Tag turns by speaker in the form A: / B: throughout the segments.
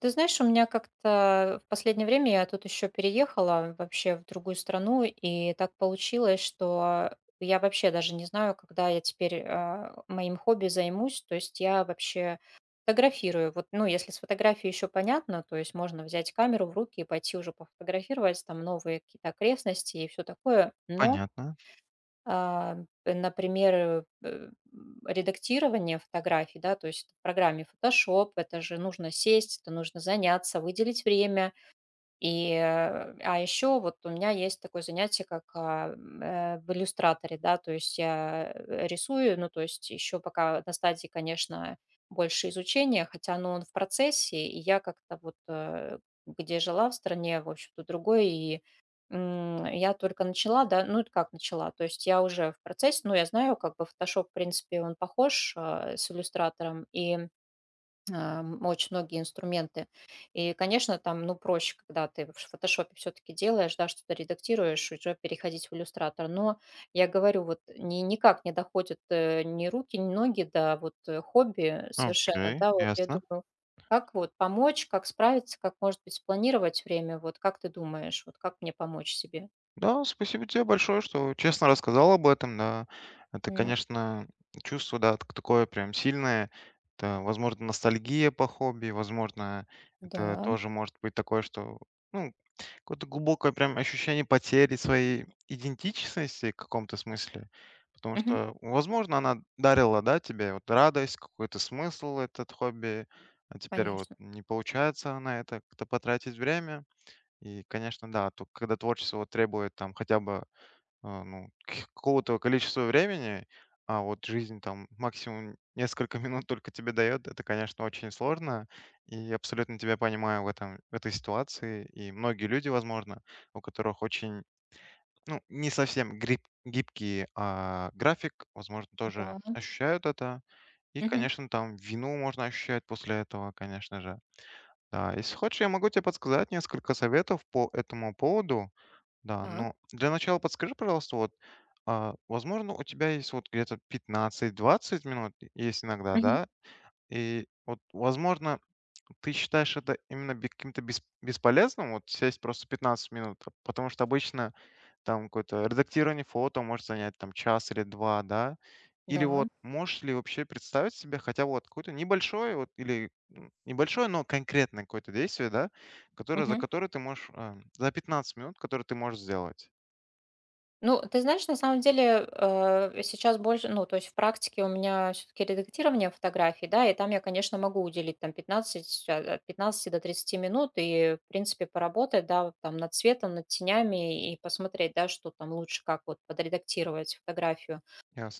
A: Ты знаешь, у меня как-то в последнее время, я тут еще переехала вообще в другую страну, и так получилось, что я вообще даже не знаю, когда я теперь моим хобби займусь. То есть я вообще фотографирую. Вот, ну, если с фотографией еще понятно, то есть можно взять камеру в руки и пойти уже пофотографировать там новые какие-то окрестности и все такое. Но
B: Понятно.
A: а, например, редактирование фотографий, да, то есть в программе Photoshop, это же нужно сесть, это нужно заняться, выделить время, а еще вот у меня есть такое занятие, как в иллюстраторе, да, то есть я рисую, ну, то есть еще пока на стадии, конечно, больше изучения, хотя, ну, он в процессе, и я как-то вот, где жила в стране, в общем-то, другой, и я только начала, да, ну, это как начала, то есть я уже в процессе, ну, я знаю, как бы Photoshop, в принципе, он похож с иллюстратором, и очень многие инструменты. И, конечно, там, ну, проще, когда ты в фотошопе все-таки делаешь, да, что-то редактируешь, уже переходить в иллюстратор. Но я говорю, вот никак не доходят ни руки, ни ноги до вот хобби совершенно,
B: Окей,
A: да, вот я
B: ясно.
A: думаю, как вот помочь, как справиться, как, может быть, спланировать время, вот как ты думаешь, вот как мне помочь себе?
B: Да, спасибо тебе большое, что честно рассказал об этом, да. Это,
A: М.
B: конечно, чувство, да, такое прям сильное. Это, возможно, ностальгия по хобби, возможно, это
A: Да.
B: тоже может быть такое, что, ну, какое-то глубокое прям ощущение потери своей идентичности в каком-то смысле. Потому
A: Мгм.
B: что, возможно, она дарила, да, тебе вот радость, какой-то смысл этот хобби, а теперь вот
A: Конечно,
B: не получается на это как-то потратить время. И, конечно, да, то когда творчество вот требует там хотя бы, ну, какого-то количества времени, а вот жизнь там максимум несколько минут только тебе дает, это, конечно, очень сложно. И абсолютно тебя понимаю в этом, в этой ситуации. И многие люди, возможно, у которых очень, ну, не совсем гибкий график, возможно, тоже
A: да.
B: ощущают это. И,
A: Мгм.
B: конечно, там вину можно ощущать после этого, конечно же. Да, если хочешь, я могу тебе подсказать несколько советов по этому поводу. Да,
A: Так.
B: но для начала подскажи, пожалуйста, вот, возможно, у тебя есть вот где-то 15-20 минут, есть иногда,
A: Мгм.
B: да? И вот, возможно, ты считаешь это именно бе каким-то бесполезным, вот сесть просто 15 минут? Потому что обычно там какое-то редактирование фото может занять там час или 2, да? Или
A: Да.
B: вот можешь ли вообще представить себе хотя бы вот какое-то небольшое вот или, небольшое, но конкретное какое-то действие, да, которое ты можешь, за 15 минут, которое ты можешь сделать?
A: Ну, ты знаешь, на самом деле, сейчас больше, ну, то есть в практике у меня все-таки редактирование фотографий, да, и там я, конечно, могу уделить там 15, от 15 до 30 минут и, в принципе, поработать, да, вот там над цветом, над тенями и посмотреть, да, что там лучше, как вот подредактировать фотографию.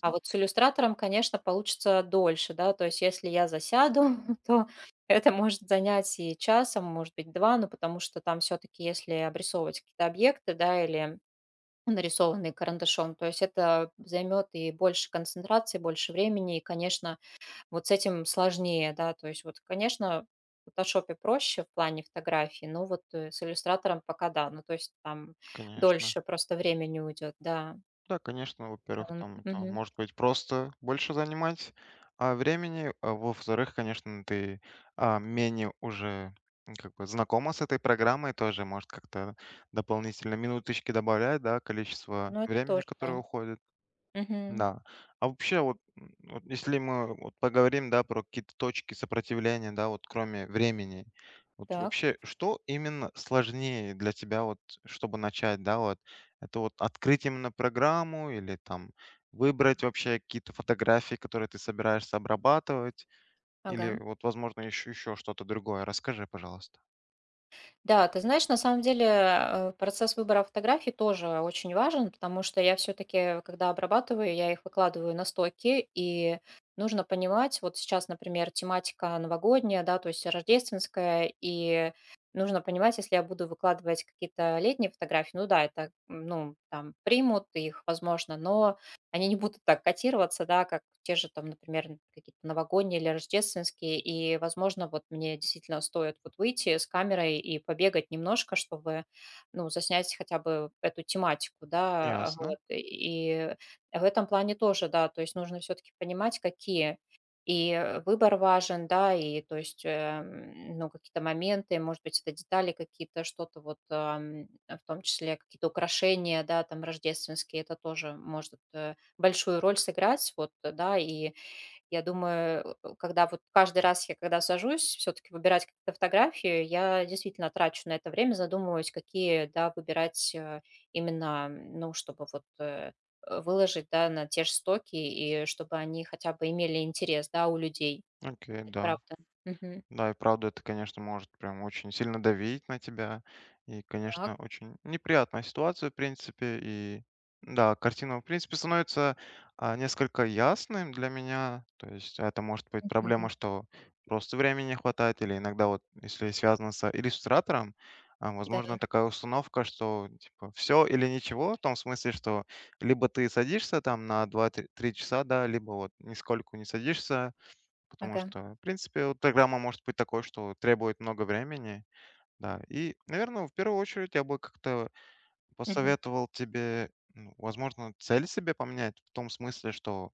A: А вот с иллюстратором, конечно, получится дольше, да, то есть если я засяду, то это может занять и часом, может быть, два, но потому что там все-таки, если обрисовывать какие-то объекты, да, или нарисованные карандашом. То есть это займет и больше концентрации, больше времени, и, конечно, вот с этим сложнее, да, то есть вот, конечно, в фотошопе проще в плане фотографии, но вот с иллюстратором пока да, ну то есть там
B: конечно.
A: дольше просто времени уйдет, да.
B: Да, конечно, во-первых, там это
A: Мгм.
B: может быть просто больше занимать времени, а во-вторых, конечно, ты менее уже как бы знакома с этой программой, тоже может как-то дополнительно минуточки добавлять, да, количество
A: Ну это
B: времени,
A: тоже,
B: которое
A: да.
B: уходит.
A: Мгм.
B: Да. А вообще вот, вот если мы вот поговорим, да, про какие-то точки сопротивления, да, вот кроме времени, вот
A: Так,
B: вообще что именно сложнее для тебя вот, чтобы начать, да, вот это вот открыть именно программу или там выбрать вообще какие-то фотографии, которые ты собираешься обрабатывать, или
A: ага.
B: вот, возможно, еще что-то другое. Расскажи, пожалуйста.
A: Да, ты знаешь, на самом деле, процесс выбора фотографий тоже очень важен, потому что я все-таки, когда обрабатываю, я их выкладываю на стоки, и нужно понимать, вот сейчас, например, тематика новогодняя, да, то есть рождественская, и нужно понимать, если я буду выкладывать какие-то летние фотографии, ну да, это, ну, там, примут их, возможно, но они не будут так котироваться, да, как те же там, например, какие-то новогодние или рождественские. И, возможно, вот мне действительно стоит вот выйти с камерой и побегать немножко, чтобы, ну, заснять хотя бы эту тематику, да,
B: Ясно.
A: вот. И в этом плане тоже, да, то есть нужно все-таки понимать, какие и выбор важен, да, и то есть, ну, какие-то моменты, может быть, это детали какие-то, что-то вот, в том числе какие-то украшения, да, там, рождественские, это тоже может большую роль сыграть, вот, да, и я думаю, когда вот каждый раз, я когда сажусь все-таки выбирать какие-то фотографии, я действительно трачу на это время, задумываюсь, какие, да, выбирать именно, ну, чтобы вот выложить, да, на те же стоки, и чтобы они хотя бы имели интерес, да, у людей.
B: Окей,
A: Это
B: да.
A: правда. Мгм.
B: Да, и правда, это, конечно, может прям очень сильно давить на тебя. И,
A: Так.
B: конечно, очень неприятная ситуация, в принципе. И да, картина, в принципе, становится несколько ясным для меня. То есть это может быть
A: Мгм.
B: проблема, что просто времени не хватает, или иногда вот, если связано с иллюстратором,
A: Да.
B: возможно, такая установка, что типа все или ничего, в том смысле, что либо ты садишься там на 2-3 часа, да, либо вот нисколько не садишься, потому
A: Ага.
B: что, в принципе, вот программа может быть такой, что требует много времени, да. И, наверное, в первую очередь я бы как-то
A: Мгм.
B: посоветовал тебе, ну, возможно, цель себе поменять в том смысле, что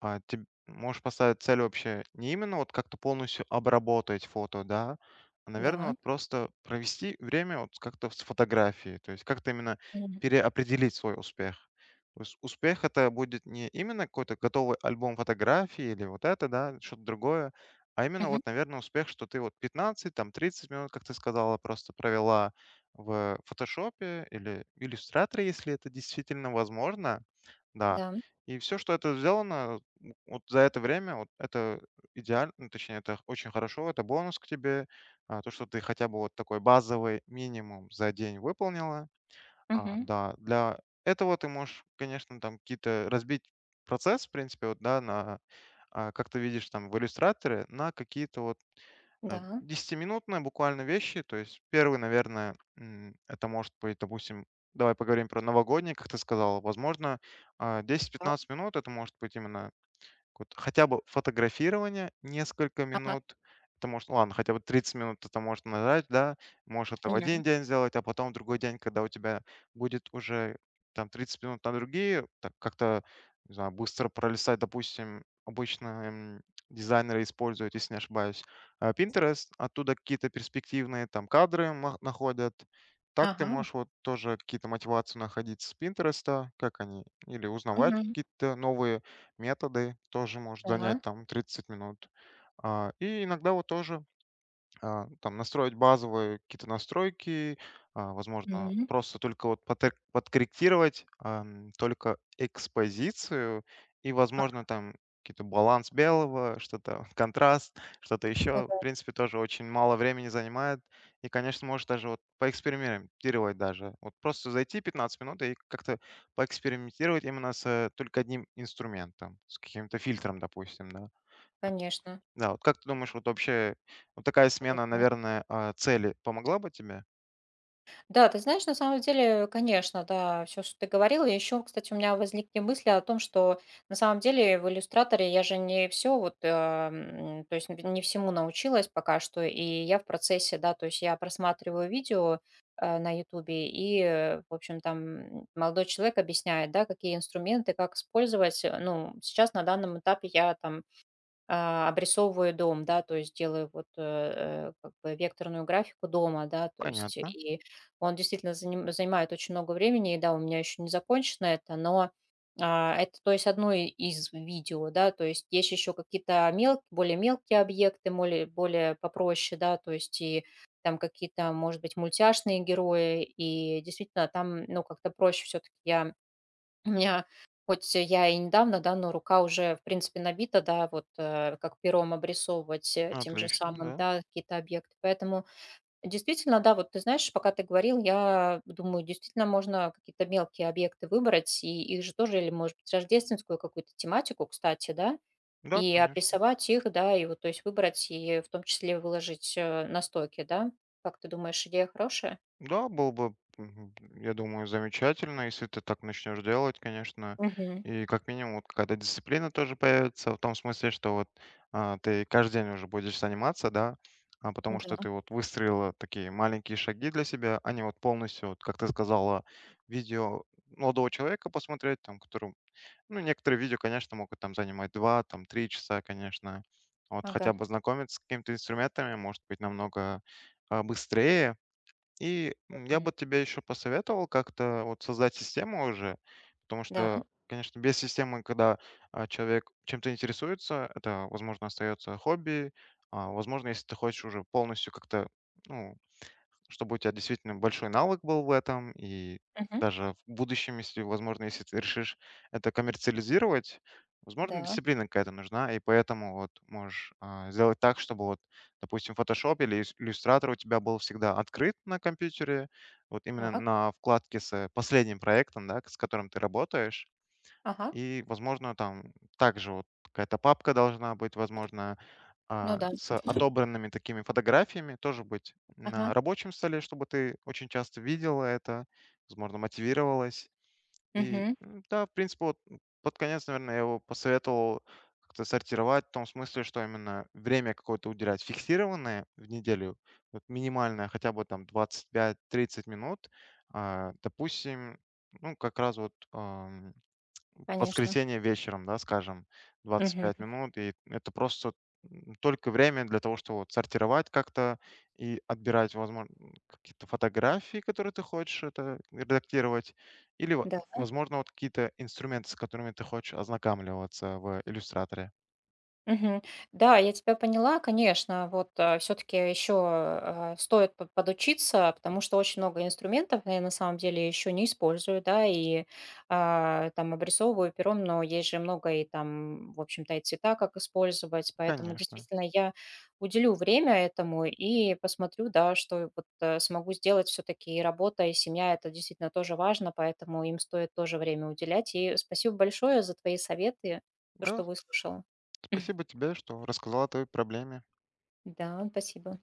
B: ты можешь поставить цель вообще не именно вот как-то полностью обработать фото, да, а, наверное,
A: Да.
B: вот просто провести время вот как-то с фотографией, то есть как-то именно
A: Мгм.
B: переопределить свой успех. То есть успех это будет не именно какой-то готовый альбом фотографий или вот это, да, что-то другое, а именно
A: Мгм.
B: вот, наверное, успех, что ты вот 15, там 30 минут, как ты сказала, просто провела в фотошопе или в иллюстраторе, если это действительно возможно, да.
A: Да.
B: И все, что это сделано, вот за это время вот это идеально, ну, точнее, это очень хорошо, это бонус к тебе, то, что ты хотя бы вот такой базовый минимум за день выполнила.
A: Мгм.
B: Да, для этого ты можешь, конечно, там какие-то разбить процесс, в принципе, вот, да, на, как ты видишь там в иллюстраторе, на какие-то вот
A: Да.
B: 10 буквально вещи. То есть первый, наверное, это может быть, допустим, давай поговорим про новогодний, как ты сказал, возможно,
A: Так.
B: 10-15 минут, это может быть именно вот хотя бы фотографирование несколько
A: Ага.
B: минут. Это может, ну ладно, хотя бы 30 минут это может нажать, да. Можешь это в
A: Мгм.
B: один день сделать, а потом в другой день, когда у тебя будет уже там 30 минут на другие, так как-то, не знаю, быстро пролистать, допустим, обычно дизайнеры используют, если не ошибаюсь, Pinterest, оттуда какие-то перспективные там кадры находят. Так ты
A: Ага.
B: можешь вот тоже какие-то мотивации находить с Pinterest, как они, или узнавать
A: Мгм.
B: какие-то новые методы, тоже может занять
A: Да.
B: там 30 минут. И иногда вот тоже там настроить базовые какие-то настройки, возможно,
A: Мгм.
B: просто только вот подкорректировать только экспозицию и,
A: Ага,
B: возможно, там какие-то баланс белого, что-то контраст, что-то
A: ну
B: еще. В
A: да.
B: принципе, тоже очень мало времени занимает. И, конечно, можешь даже вот поэкспериментировать даже. Вот просто зайти 15 минут и как-то поэкспериментировать именно с только одним инструментом, с каким-то фильтром, допустим, да.
A: Конечно.
B: Да, вот как ты думаешь, вот вообще вот такая смена,
A: Да.
B: наверное, цели помогла бы тебе?
A: Да, ты знаешь, на самом деле, конечно, да, все, что ты говорила. Еще, кстати, у меня возникли мысли о том, что на самом деле в "Иллюстраторе" я же не все вот, то есть не всему научилась пока что, и я в процессе, да, то есть я просматриваю видео, на "Ютубе", и, в общем, там, молодой человек объясняет, да, какие инструменты, как использовать. Ну, сейчас на данном этапе я там обрисовываю дом, да, то есть делаю вот как бы векторную графику дома, да, то есть
B: Понятно.
A: и он действительно занимает очень много времени, и да, у меня еще не закончено это, но это, то есть, одно из видео, да, то есть есть еще какие-то более мелкие объекты, более, более попроще, да, то есть и там какие-то, может быть, мультяшные герои, и действительно там, ну, как-то проще все-таки я, у меня, хоть я и недавно, да, но рука уже, в принципе, набита, да, вот как пером обрисовывать тем же
B: Отлично,
A: самым,
B: да.
A: да, какие-то объекты. Поэтому действительно, да, вот ты знаешь, пока ты говорил, я думаю, действительно можно какие-то мелкие объекты выбрать, и их же тоже, или, может быть, рождественскую какую-то тематику, кстати, да,
B: Да,
A: и
B: конечно.
A: обрисовать их, да, и вот, то есть выбрать, и в том числе выложить на стойке, да. Как ты думаешь, идея хорошая?
B: Да, было бы, я думаю, замечательно, если ты так начнешь делать, конечно.
A: Мгм.
B: И как минимум вот какая-то дисциплина тоже появится, в том смысле, что вот ты каждый день уже будешь заниматься, да, а потому
A: Да,
B: что ты вот выстроила такие маленькие шаги для себя, а не вот полностью, вот, как ты сказала, видео молодого человека посмотреть, там, который... Ну, некоторые видео, конечно, могут там занимать 2, там 3 часа, конечно. Вот
A: ага.
B: хотя бы знакомиться с какими-то инструментами может быть намного быстрее. И я
A: Мгм.
B: бы тебе еще посоветовал как-то вот создать систему уже, потому
A: Да.
B: что, конечно, без системы, когда человек чем-то интересуется, это, возможно, остается хобби. Возможно, если ты хочешь уже полностью как-то, ну, чтобы у тебя действительно большой навык был в этом, и
A: Мгм.
B: даже в будущем, если, возможно, если ты решишь это коммерциализировать, возможно,
A: Да,
B: дисциплина какая-то нужна, и поэтому вот можешь сделать так, чтобы вот, допустим, Photoshop или Illustrator у тебя был всегда открыт на компьютере, вот именно
A: так.
B: на вкладке с последним проектом, да, с которым ты работаешь,
A: Ага,
B: и, возможно, там также вот какая-то папка должна быть, возможно,
A: ну да.
B: с отобранными такими фотографиями тоже быть на
A: Ага.
B: рабочем столе, чтобы ты очень часто видела это, возможно, мотивировалась. И
A: Мгм.
B: м, да, в принципе, вот под конец, наверное, я его посоветовал как-то сортировать в том смысле, что именно время какое-то уделять фиксированное в неделю, вот минимальное, хотя бы там 25-30 минут. Допустим, ну, как раз вот
A: Конечно.
B: воскресенье вечером, да, скажем, 25
A: Мгм.
B: минут. И это просто, только время для того, чтобы вот сортировать как-то и отбирать, возможно, какие-то фотографии, которые ты хочешь это редактировать, или,
A: Да.
B: возможно, вот какие-то инструменты, с которыми ты хочешь ознакомливаться в иллюстраторе.
A: Мгм. Да, я тебя поняла, конечно, вот все-таки еще стоит подучиться, потому что очень много инструментов я на самом деле еще не использую, да, и там обрисовываю пером, но есть же много и там, в общем-то, и цвета, как использовать, поэтому
B: Конечно.
A: действительно я уделю время этому и посмотрю, да, что вот смогу сделать все-таки и работа, и семья, это действительно тоже важно, поэтому им стоит тоже время уделять, и спасибо большое за твои советы, то,
B: Да,
A: что выслушала.
B: спасибо тебе, что рассказала о твоей проблеме.
A: Да, спасибо.